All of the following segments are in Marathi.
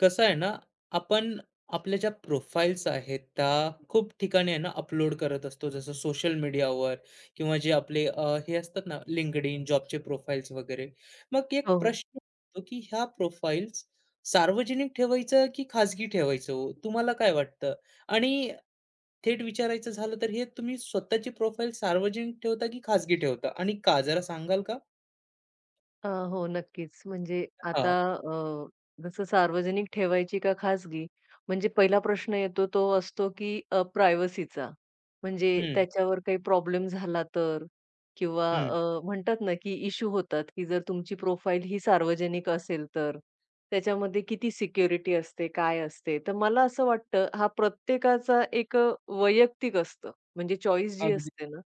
कसं आहे ना, आपण आपल्या ज्या प्रोफाइल्स आहेत, त्या खूप ठिकाणी आहे ना अपलोड करत असतो. जसं सोशल मीडियावर किंवा जे आपले हे असतात ना LinkedIn, जॉबचे प्रोफाइल्स वगैरे. मग एक हो, हो. प्रश्न पडतो, की ह्या प्रोफाइल्स सार्वजनिक ठेवायचं की खाजगी ठेवायचं हो? तुम्हाला काय वाटतं? आणि थेट विचारायचं झालं तर हे तुम्ही स्वतःची प्रोफाइल सार्वजनिक ठेवता की खाजगी ठेवता आणि का? जरा सांगाल का? हो, नक्कीच. म्हणजे आता हां. जसं सार्वजनिक ठेवायची का खाजगी? म्हणजे पहिला प्रश्न येतो तो असतो, की प्रायव्हसीचा. म्हणजे हं, त्याच्यावर काही प्रॉब्लेम झाला तर किंवा हं. म्हणतात ना, की इश्यू होतात, की जर तुमची प्रोफाईल ही सार्वजनिक असेल तर त्याच्यामध्ये किती सिक्युरिटी असते, काय असते? तर मला असं वाटतं हा प्रत्येकाचा एक वैयक्तिक असतं. म्हणजे चॉईस जी अगदी. असते ना,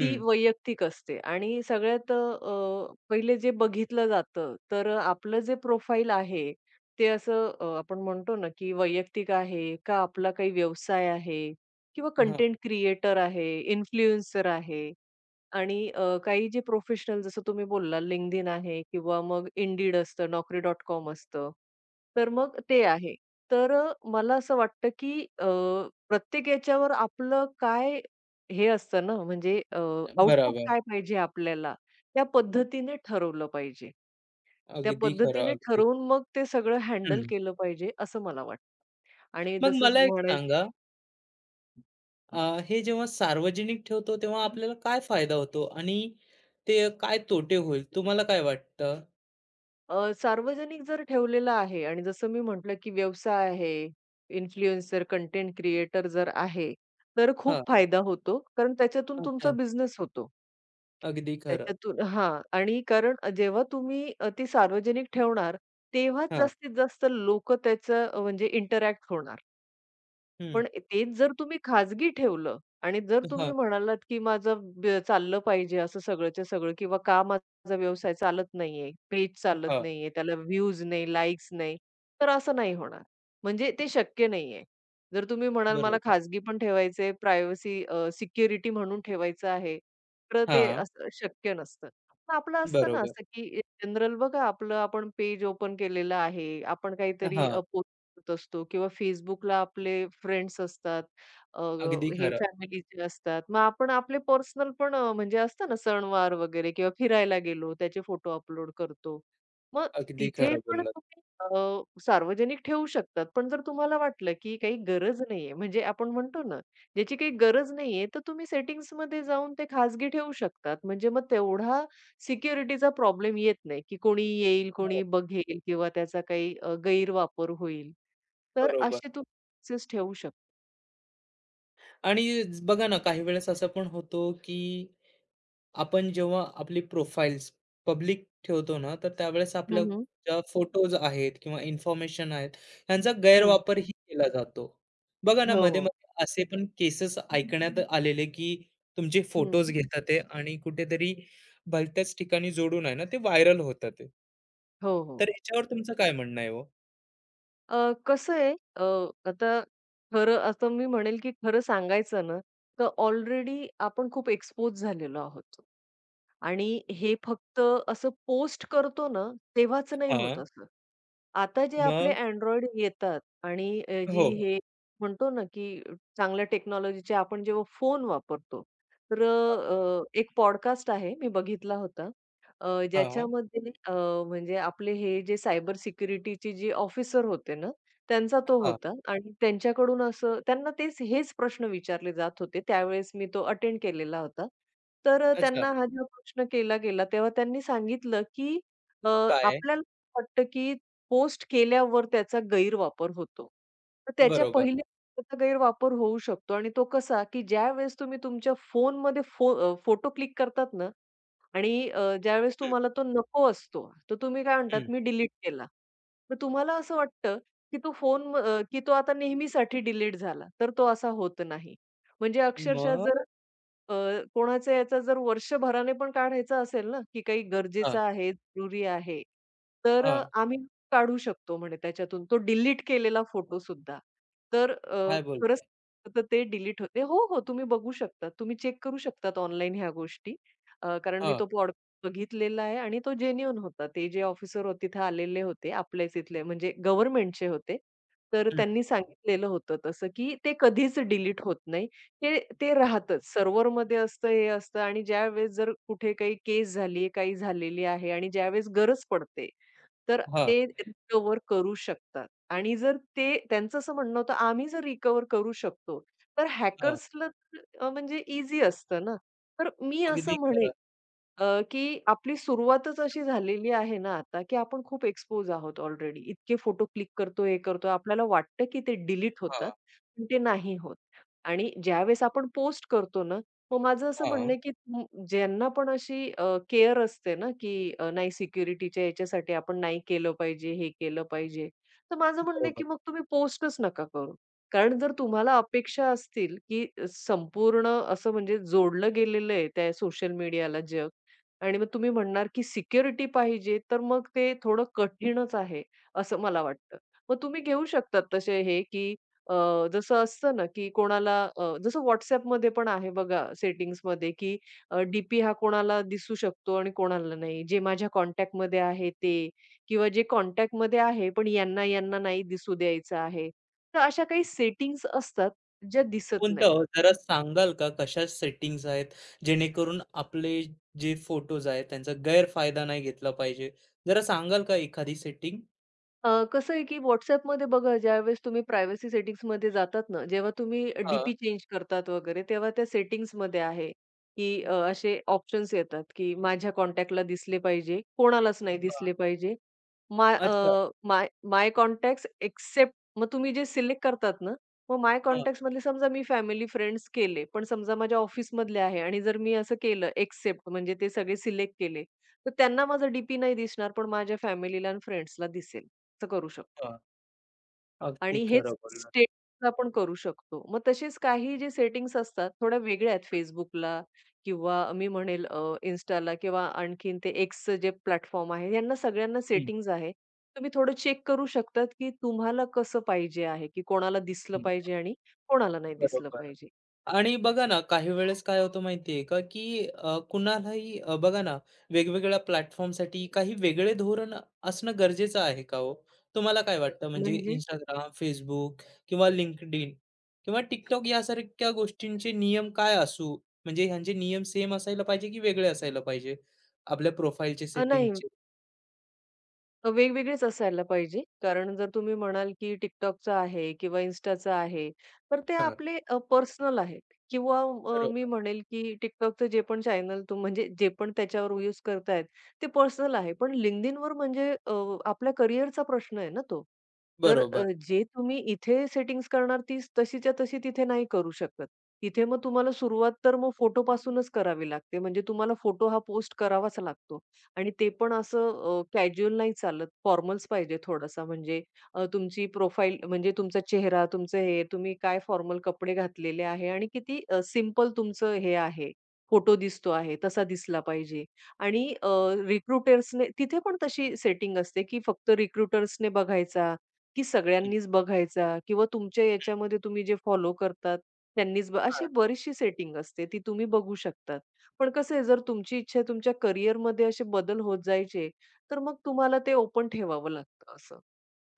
ती वैयक्तिक असते आणि सगळ्यात पहिले जे बघितलं जातं, तर आपलं जे प्रोफाईल आहे, ते असं आपण म्हणतो ना, की वैयक्तिक आहे का आपला काही व्यवसाय आहे किंवा हां. कंटेंट क्रिएटर आहे, इन्फ्लुएन्सर आहे आणि काही जे प्रोफेशनल जसं तुम्ही बोलला LinkedIn आहे किंवा मग Indeed असतं, Naukri.com असतं. तर मग ते आहे. तर मला असं वाटतं, की प्रत्येक याच्यावर आपलं काय हे असतं ना, म्हणजे आउटपुट बरोबर. काय पाहिजे आपल्याला, त्या पद्धतीने ठरवलं पाहिजे. त्या अगदी खरं, पद्धतीने अगदी. ठरवून मग ते सगळं हँडल हं. केलं पाहिजे, असं मला वाटतं. आणि मग जसं मला एक म्हणाय सांगा, अ, हे जेव्हा सार्वजनिक ठेवतो, तेव्हा आपल्याला काय फायदा होतो आणि ते काय तोटे होईल, तुम्हाला काय वाटतं? अ, सार्वजनिक जर ठेवलेलं आहे आणि जसं मी म्हटलं, की व्यवसाय आहे, इन्फ्लुएन्सर, कंटेंट क्रिएटर जर आहे, तर खूप हां, फायदा होतो. कारण त्याच्यातून तुमचा अच्छा. बिझनेस होतो. अगदी खरं. त्याच्यातून हां. आणि कारण जेव्हा तुम्ही ती सार्वजनिक ठेवणार, तेव्हाच हां, जास्तीत जास्त लोक त्याचं म्हणजे इंटरॅक्ट होणार. हं. पण तेच जर तुम्ही खाजगी ठेवलं आणि जर तुम्ही हां, म्हणालात, की माझं चाललं पाहिजे असं सगळंच्या सगळं किंवा का माझा व्यवसाय चालत नाहीये, पेज चालत हां. नाहीये, त्याला व्ह्यूज नाही, लाइक्स नाही, तर असं नाही होणार. म्हणजे ते शक्य नाहीये. जर तुम्ही म्हणाल मला बरोबर. खाजगी पण ठेवायचंय, प्रायव्हसी सिक्युरिटी म्हणून ठेवायचं आहे, तर ते हां, असं शक्य नसतं. पण आपलं असतं ना बरोबर. असं, की जनरल बघा आपलं आपण पेज ओपन केलेलं आहे, आपण काहीतरी हां, करत असतो किंवा Facebookला आपले फ्रेंड्स असतात. अ, अगदी हे खरं. फॅमिलीचे असतात. मग आपण आपले पर्सनल पण म्हणजे असतं ना सणवार वगैरे किंवा फिरायला गेलो त्याचे फोटो अपलोड करतो. मग अगदी तिथे खरं पण बोललात. तुम्ही सार्वजनिक ठेवू शकतात. पण जर तुम्हाला वाटलं की काही गरज नाहीये, म्हणजे आपण म्हणतो ना, ज्याची काही गरज नाहीये, तर तुम्ही सेटिंग्जमध्ये जाऊन ते खाजगी ठेवू शकतात. म्हणजे मग तेवढा सिक्युरिटीचा प्रॉब्लेम येत नाही, की कोणी येईल, हो, कोणी बघेल किंवा त्याचा काही गैरवापर होईल. तर बरोबर. असे तू बॉक्सेस ठेवू शकतो. आणि बघा ना, काही वेळेस असं पण होतो, की आपण जेव्हा आपली प्रोफाइल्स पब्लिक ठेवतो ना, तर त्यावेळेस आपल्या हं, हं. ज्या फोटोज आहेत किंवा इन्फॉर्मेशन आहेत, ह्यांचा हं. गैरवापरही केला जातो. बघा ना, हो, हो. मध्ये-मध्ये असे पण केसेस ऐकण्यात आलेले, की तुमचे हं. फोटोज घेतात आहे आणि कुठेतरी भलत्याच ठिकाणी जोडून आहे ना, ते व्हायरल होतात आहे. हो, हो. तर याच्यावर तुमचं काय म्हणणं आहे हो? अ, कसं आहे आता खरं आता मी म्हणेल, की खरं सांगायचं ना, तर ऑलरेडी आपण खूप एक्सपोज झालेलो आहोत. आणि हे फक्त असं पोस्ट करतो ना, तेव्हाच नाही होत हां, असं. आता जे आपले मग? Android येतात आणि हो. जी हे म्हणतो ना, की चांगल्या टेक्नॉलॉजीचे आपण जेव्हा फोन वापरतो, तर एक पॉडकास्ट आहे मी बघितला होता. हां, हां, ज्याच्यामध्ये म्हणजे आपले हे जे सायबर सिक्युरिटीचे जे ऑफिसर होते ना, त्यांचा तो हां. होता आणि त्यांच्याकडून असं त्यांना तेच हेच प्रश्न विचारले जात होते. त्यावेळेस मी तो अटेंड केलेला होता. तर अच्छा, त्यांना हा जेव्हा प्रश्न केला गेला, तेव्हा त्यांनी सांगितलं, की अ, काय? आपल्याला वाटतं, की पोस्ट केल्यावर त्याचा गैरवापर होतो. तर त्याच्या बरोबर. पहिले त्याचा गैरवापर होऊ शकतो आणि तो कसा, की ज्यावेळेस तुम्ही तुमच्या फोनमध्ये फोटो क्लिक करतात ना, आणि ज्यावेळेस हं, तुम्हाला तो नको असतो, तर तुम्ही काय म्हणतात, हं. "मी डिलीट केला." तर तुम्हाला असं वाटतं, की तो फोन की तो आता नेहमीसाठी डिलीट झाला, तर तो असा होत नाही. म्हणजे अक्षरशः जर मग? अ, कोणाचा याचा जर वर्षभराने पण काढायचा असेल ना, की काही हां, गरजेचं आहे, जरुरी आहे, तर हां. आम्ही काढू शकतो म्हणे त्याच्यातून तो डिलीट केलेला फोटोसुद्धा. तर काय खरंच बोलताय? तर ते डिलीट होते. हो, हो, तुम्ही बघू शकता. तुम्ही चेक करू शकतात ऑनलाईन ह्या गोष्टी. कारण मी हां. तो बघितलेला आहे आणि तो जेन्युइन होता. ते जे ऑफिसर होते तिथे आलेले होते, आपल्याच इथले म्हणजे गव्हर्नमेंटचे होते. तर हं. त्यांनी सांगितलेलं होतं तसं, की ते कधीच डिलीट होत नाही. ते ते राहतच. सर्व्हरमध्ये असतं, हे असतं आणि ज्यावेळेस जर कुठे काही केस झाली काही झालेली आहे आणि ज्यावेळेस गरज पडते, तर हां, ते रिकव्हर करू शकतात. आणि जर ते त्यांचं असं म्हणणं होतं, आम्ही जर रिकव्हर करू शकतो, तर हां. हॅकर्सला म्हणजे ईझी असतं ना. तर मी अगदी असं म्हणेन खरं. की आपली सुरुवातच अशी झालेली आहे ना आता, की आपण खूप एक्सपोज आहोत ऑलरेडी. इतके फोटो क्लिक करतो, हे करतो. आपल्याला वाटतं, की ते डिलीट होतात, हां, पण ते नाही होत. आणि ज्यावेळेस आपण पोस्ट करतो ना, मग माझं असं हां. म्हणणं आहे, की ज्यांना पण अशी केअर असते ना, की नाही सिक्युरिटीच्या याच्यासाठी आपण नाही केलं पाहिजे, हे केलं पाहिजे. तर माझं म्हणणं आहे, बरोबर. की मग तुम्ही पोस्टच नका करू. कारण जर तुम्हाला अपेक्षा असतील, की संपूर्ण असं म्हणजे जोडलं गेलेलं आहे त्या सोशल मीडियाला जग, आणि मग तुम्ही म्हणणार, की सिक्युरिटी पाहिजे, तर मग ते थोडं कठीणच आहे, असं मला वाटतं. मग तुम्ही घेऊ शकतात तसे हे, की अ, जसं असतं ना, की कोणाला जसं WhatsAppमध्ये पण आहे बघा सेटिंग्समध्ये, की डीपी हा कोणाला दिसू शकतो आणि कोणाला नाही. जे माझ्या कॉन्टॅक्टमध्ये आहे ते किंवा जे कॉन्टॅक्टमध्ये आहे, पण यांना नाही दिसू द्यायचं आहे. तर अशा काही सेटिंग्स असतात, ज्या दिसत कोणतं नाही. हो? जरा सांगाल का कशा सेटिंग्ज आहेत, जेणेकरून आपले जे फोटोज आहेत त्यांचा गैरफायदा नाही घेतला पाहिजे? जरा सांगाल का एखादी सेटिंग? कसं आहे, की WhatsAppमध्ये बघा ज्यावेळेस तुम्ही प्रायव्हसी सेटिंग्समध्ये जातात ना, जेव्हा तुम्ही डीपी हां, पी चेंज करतात वगैरे, तेव्हा त्या सेटिंग्समध्ये आहे, की हं. असे ऑप्शन्स येतात, की माझ्या कॉन्टॅक्टला दिसले पाहिजे, कोणालाच नाही हां. दिसले पाहिजे. माय अ, अच्छा. माय माय कॉन्टॅक्ट्स एक्सेप्ट मग तुम्ही जे सिलेक्ट करतात ना, मग माय हां, कॉन्टॅक्ट्समधले समजा मी फॅमिली, फ्रेंड्स केले, पण समजा माझ्या ऑफिसमधले आहे आणि जर मी असं केलं एक्सेप्ट म्हणजे ते सगळे सिलेक्ट केले, तर त्यांना माझा नाही दिसणार, पण माझ्या फॅमिलीला आणि फ्रेंड्सला दिसेल. असं करू शकतो. हां. अगदी आणि हेच खरं बोललात. स्टेटसला पण करू शकतो. मग तसेच काही जे सेटिंग्स असतात थोड्या वेगळ्या आहेत Facebookला किंवा मी म्हणेल Instaला किंवा आणखीन ते Xचं जे प्लॅटफॉर्म आहे, यांना सगळ्यांना हं, सेटिंग्स आहे. तुम्ही थोडं चेक करू शकतात, की तुम्हाला कसं पाहिजे आहे, की कोणाला दिसलं हं. पाहिजे आणि कोणाला नाही दिसलं बरोबर. पाहिजे. आणि बघा ना, काही वेळेस काय होतं माहिती आहे का, की कुणालाही बघा ना, वेगवेगळ्या प्लॅटफॉर्मसाठी काही वेगळे धोरण असणं गरजेचं आहे का हो? तुम्हाला काय वाटतं? म्हणजे म्हणजे? इंस्टाग्राम, Facebook किंवा LinkedIn किंवा TikTok यासारख्या गोष्टींचे नियम काय असू? म्हणजे ह्यांचे नियम सेम असायला पाहिजे की वेगळे असायला पाहिजे? आपल्या प्रोफाइलचे नाही सेटिंगचे. वेगवेगळीच असायला पाहिजे. कारण जर तुम्ही म्हणाल, की TikTokचा आहे किंवा Instaचा आहे, तर ते हां, आपले पर्सनल आहेत किंवा मी बरोबर, म्हणेल, की TikTokचं जे पण चॅनल म्हणजे जे पण त्याच्यावर यूज करतायत, ते पर्सनल आहे. पण LinkedInवर म्हणजे आपल्या करिअरचा प्रश्न आहे ना तो. तर बरोबर. जे तुम्ही इथे सेटिंग्ज करणार तीच तशीच्या तशी तिथे नाही करू शकत. तिथे मग तुम्हाला सुरुवात तर मग फोटोपासूनच करावी लागते. म्हणजे तुम्हाला फोटो हा पोस्ट करावाच लागतो. आणि ते पण असं कॅज्युअल नाही चालत. फॉर्मल्स पाहिजे थोडासा म्हणजे तुमची प्रोफाईल म्हणजे तुमचा चेहरा, तुमचं हे, तुम्ही काय फॉर्मल कपडे घातलेले आहे आणि किती सिंपल तुमचं हे आहे, फोटो दिसतो आहे, तसा दिसला पाहिजे. आणि रिक्रुटर्सने तिथे पण तशी सेटिंग असते, की फक्त रिक्रुटर्सने बघायचा, की हं, सगळ्यांनीच बघायचा किंवा तुमच्या याच्यामध्ये तुम्ही जे फॉलो करतात त्यांनीच अशी हां, बरीचशी सेटिंग असते, ती तुम्ही बघू शकता. पण कसं आहे जर तुमची इच्छा आहे तुमच्या करिअरमध्ये असे बदल होत जायचे, तर मग तुम्हाला ते ओपन ठेवावं लागतं असं.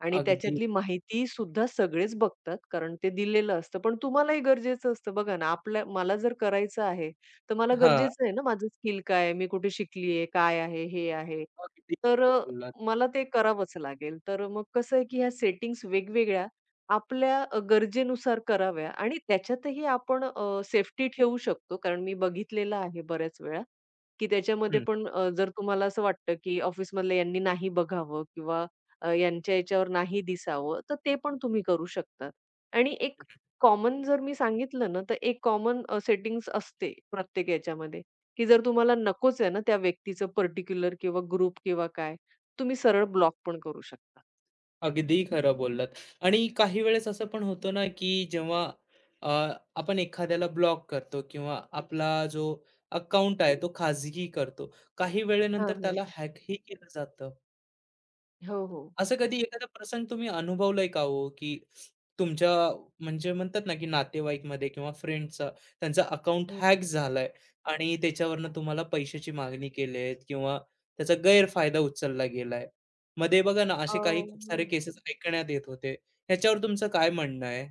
आणि अगदी त्याच्यातली माहिती सुद्धा सगळेच बघतात, कारण ते दिलेलं असतं. पण तुम्हालाही गरजेचं असतं. बघा ना, आपल्या मला जर करायचं आहे, तर मला हां, गरजेचं आहे ना, माझं स्किल काय आहे, मी कुठे शिकली आहे, काय आहे, हे आहे. अगदी तर बोललात. मला ते करावंच लागेल. तर मग कसं आहे, की ह्या सेटिंग्स वेगवेगळ्या आपल्या गरजेनुसार कराव्या आणि त्याच्यातही आपण सेफ्टी ठेवू शकतो. कारण मी बघितलेलं आहे बऱ्याच वेळा, की त्याच्यामध्ये पण जर तुम्हाला असं वाटतं, की ऑफिसमधल्या यांनी नाही बघावं किंवा यांच्या याच्यावर नाही दिसावं, तर ते पण तुम्ही करू शकतात. आणि एक कॉमन जर मी सांगितलं ना, तर एक कॉमन सेटिंग्ज असते प्रत्येक याच्यामध्ये, की जर तुम्हाला नकोच आहे ना त्या व्यक्तीचं पर्टिक्युलर किंवा ग्रुप किंवा काय, तुम्ही सरळ ब्लॉक पण करू शकता. अगदी खरं बोललात. आणि काही वेळेस असं पण होतं ना, की जेव्हा अ, आपण एखाद्याला ब्लॉक करतो किंवा आपला जो अकाउंट आहे तो खाजगी करतो. काही वेळेनंतर हां, हां. त्याला हॅकही केलं जातं. हो, हो. असं कधी एखादा प्रसंग तुम्ही अनुभवलाय का हो, की तुमच्या म्हणजे म्हणतात ना, की नातेवाईकमध्ये किंवा फ्रेंडचा त्यांचा अकाउंट हं, हॅक हं. झालाय आणि त्याच्यावरनं तुम्हाला पैशाची मागणी केली आहे किंवा त्याचा गैरफायदा उचलला गेलाय. मध्ये बघा ना, अ, असे काही खूप सारे केसेस ऐकण्यात येत होते. ह्याच्यावर तुमचं काय म्हणणं आहे?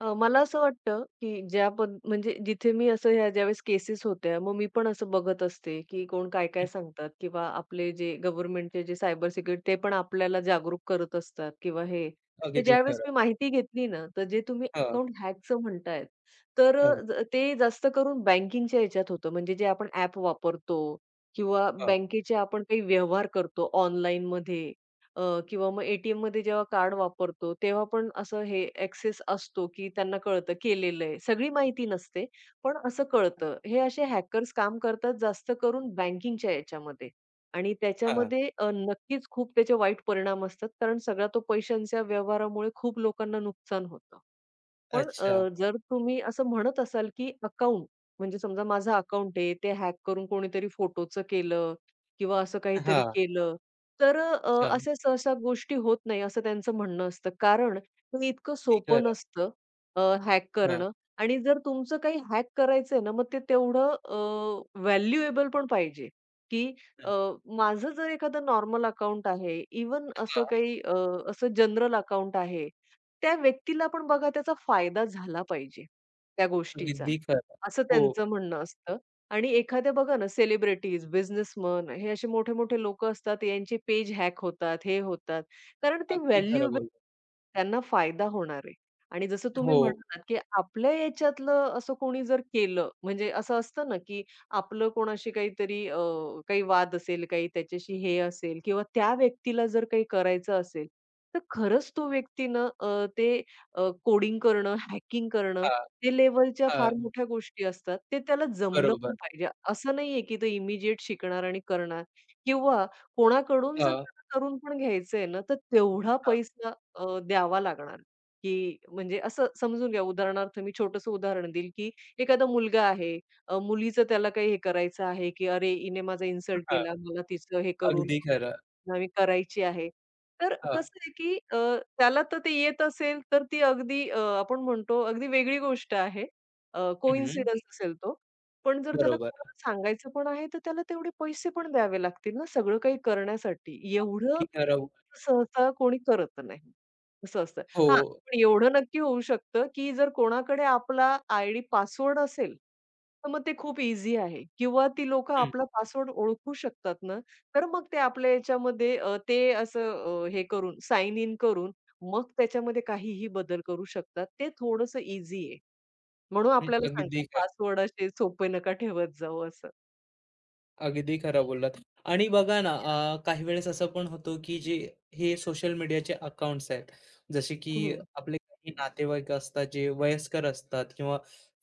अ, मला असं वाटतं, की ज्या म्हणजे जिथे मी असं ह्या ज्यावेळेस केसेस होत्या, मग मी पण असं बघत असते, की कोण काय-काय हं, सांगतात किंवा आपले जे गव्हर्नमेंटचे जे सायबर सिक्युरिटी ते पण आपल्याला जागरूक करत असतात किंवा हे. तर अगदी ज्यावेळेस मी खरं. माहिती घेतली ना, तर जे तुम्ही हां, अकाउंट हॅकचं म्हणतायत, तर हां, ते जास्त करून बँकिंगच्या ह्याच्यात होतं. म्हणजे जे आपण ॲप वापरतो किंवा हां, बँकेचे आपण काही व्यवहार करतो ऑनलाईनमध्ये किंवा मग ए-टी-एममध्ये जेव्हा कार्ड वापरतो, तेव्हा पण असं हे एक्सेस असतो, की त्यांना कळतं केलेलं आहे. सगळी माहिती नसते, पण असं कळतं. हे असे हॅकर्स काम करतात जास्त करून बँकिंगच्या याच्यामध्ये आणि हां. त्याच्यामध्ये नक्कीच खूप त्याचे वाईट परिणाम असतात, कारण सगळा तो पैशांच्या व्यवहारामुळे खूप लोकांना नुकसान होतं. पण अच्छा. जर तुम्ही असं म्हणत असाल, की अकाउंट म्हणजे समजा माझं अकाउंट आहे, ते हॅक करून कोणीतरी फोटोचं केलं किंवा असं काहीतरी हां, केलं, तर अच्छा. अशा सहसा गोष्टी होत नाही, असं त्यांचं म्हणणं असतं. कारण ते इतकं अगदी सोपं खरं. नसतं हॅक हां, करणं आणि जर तुमचं काही हॅक करायचं आहे ना, मग ते तेवढं व्हॅल्युएबल पण पाहिजे, की हं. अ, माझं जर एखादं नॉर्मल अकाउंट आहे, इव्हन असं हां, काही असं जनरल अकाउंट आहे, त्या व्यक्तीला पण बघा त्याचा फायदा झाला पाहिजे, त्या गोष्टीचा, अगदी खरं. असं हो, त्यांचं म्हणणं असतं. आणि एखाद्या बघा ना सेलिब्रिटीज, बिझनेसमन हे असे मोठे-मोठे लोकं असतात, यांचे पेज हॅक होतात, हे होतात. कारण ते अगदी खरं व्हॅल्युएबल बोललात. त्यांना फायदा होणार आहे. आणि जसं तुम्ही हो. म्हणालात, की आपल्या याच्यातलं असं कोणी जर केलं, म्हणजे असं असतं ना, की आपलं कोणाशी काहीतरी काही वाद असेल, काही त्याच्याशी हे असेल किंवा त्या व्यक्तीला जर काही करायचं असेल, तर खरंच तो व्यक्ती ना ते कोडिंग करणं, हॅकिंग करणं, हां. ते लेव्हलच्या हां, फार मोठ्या गोष्टी असतात. ते त्याला जमलं बरोबर. पण पाहिजे. असं नाहीये की तो इमिडिएट शिकणार आणि करणार किंवा कोणाकडून जर हां, त्याला करून पण घ्यायचंय ना, तर तेवढा हां, पैसा द्यावा लागणार, की म्हणजे असं समजून घ्या. उदाहरणार्थ मी छोटंसं उदाहरण देईल, की एखादा मुलगा आहे, मुलीचं त्याला काही हे करायचं आहे, की "अरे, हिने माझा इन्सल्ट हां. केला, मला तिचं हे करून" अगदी खरं. नवी करायची आहे. तर हां. कसं आहे, की त्याला तर ते येत असेल, तर ती अगदी आपण म्हणतो अगदी वेगळी गोष्ट आहे. हं, कोइन्सिडन्स असेल तो. पण जर त्याला बरोबर. कोणाला सांगायचं पण आहे, तर त्याला तेवढे पैसे पण द्यावे लागतील ना, सगळं काही करण्यासाठी. एवढं अगदी खरं. सहसा कोणी करत नाही. असं असतं. हो. हां, पण एवढं नक्की होऊ शकतं, की जर कोणाकडे आपला आयडी पासवर्ड असेल, तर मग ते खूप ईझी आहे किंवा ती लोकं हं, आपला पासवर्ड ओळखू शकतात ना, तर मग ते आपल्या याच्यामध्ये ते असं हे करून साइन इन करून मग त्याच्यामध्ये काहीही बदल करू शकतात. ते थोडंसं ईझी आहे. म्हणून हं. आपल्याला सांगतात अगदी पासवर्ड असे सोपे नका ठेवत जाऊ असं. अगदी खरं बोललात. आणि बघा ना, हं. काही वेळेस असं पण होतो, की जे हे सोशल मीडियाचे अकाउंट्स आहेत, जसे की हं, हं. आपले काही नातेवाईक असतात, जे वयस्कर असतात किंवा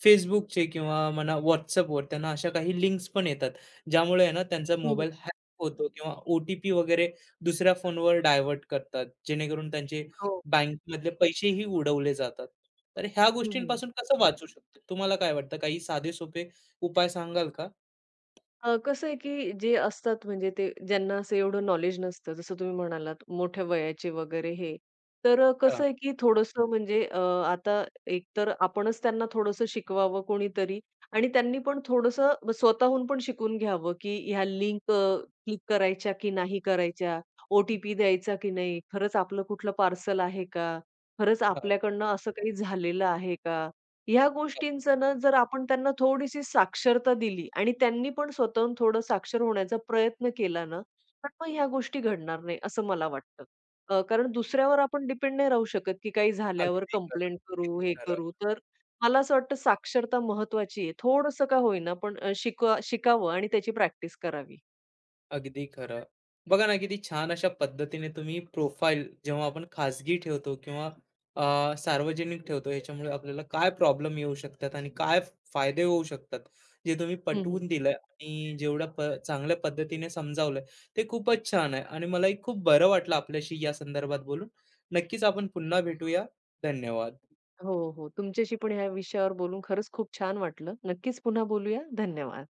Facebookचे किंवा म्हणा WhatsAppवर त्यांना अशा काही लिंक्स पण येतात, ज्यामुळे आहे ना त्यांचा मोबाईल हॅक होतो किंवा ओ-टी-पी वगैरे दुसऱ्या फोनवर डायव्हर्ट करतात, जेणेकरून त्यांचे हो. बँकमधले पैसेही उडवले जातात. तर ह्या हं, गोष्टींपासून कसं वाचू शकतो? तुम्हाला काय वाटतं? काही साधे सोपे उपाय सांगाल का? कसं आहे, की जे असतात म्हणजे ते ज्यांना असं एवढं नॉलेज नसतं, जसं तुम्ही म्हणालात मोठ्या वयाचे वगैरे हे. तर हां, कसं आहे, की थोडंसं म्हणजे आता एकतर आपणच त्यांना थोडंसं शिकवावं कोणीतरी आणि त्यांनी पण थोडंसं स्वतःहून पण शिकून घ्यावं, की ह्या लिंक क्लिक करायच्या की नाही करायच्या, ओ द्यायचा की नाही, खरंच आपलं कुठलं पार्सल आहे का? खरंच हां, आपल्याकडनं असं काही झालेलं आहे का? ह्या गोष्टींचं ना, जर आपण त्यांना थोडीशी साक्षरता दिली आणि त्यांनी पण स्वतःहून थोडं साक्षर होण्याचा प्रयत्न केला ना, तर मग ह्या गोष्टी घडणार नाही, असं मला वाटतं. कारण दुसऱ्यावर आपण डिपेंड नाही राहू शकत, की काही झाल्यावर अगदी खरं, कंप्लेंट करू, अगदी हे खरं, करू. तर मला असं वाटतं साक्षरता महत्त्वाची आहे. थोडंसं का होईना, पण शिकावं आणि त्याची प्रॅक्टिस करावी. अगदी खरं. बघा ना, किती छान अशा पद्धतीने तुम्ही प्रोफाईल जेव्हा आपण खाजगी ठेवतो किंवा सार्वजनिक ठेवतो, ह्याच्यामुळे आपल्याला काय प्रॉब्लेम येऊ शकतात आणि काय फायदे होऊ शकतात, जे तुम्ही हं, हं. पटवून दिलं आणि जेवढ्या चांगल्या पद्धतीने समजावलं, ते खूपच छान आहे आणि मलाही खूप बरं वाटलं आपल्याशी या संदर्भात बोलून. नक्कीच आपण पुन्हा भेटूया. धन्यवाद. हो, हो. तुमच्याशी पण ह्या विषयावर बोलून खरंच खूप छान वाटलं. नक्कीच पुन्हा बोलूया. धन्यवाद.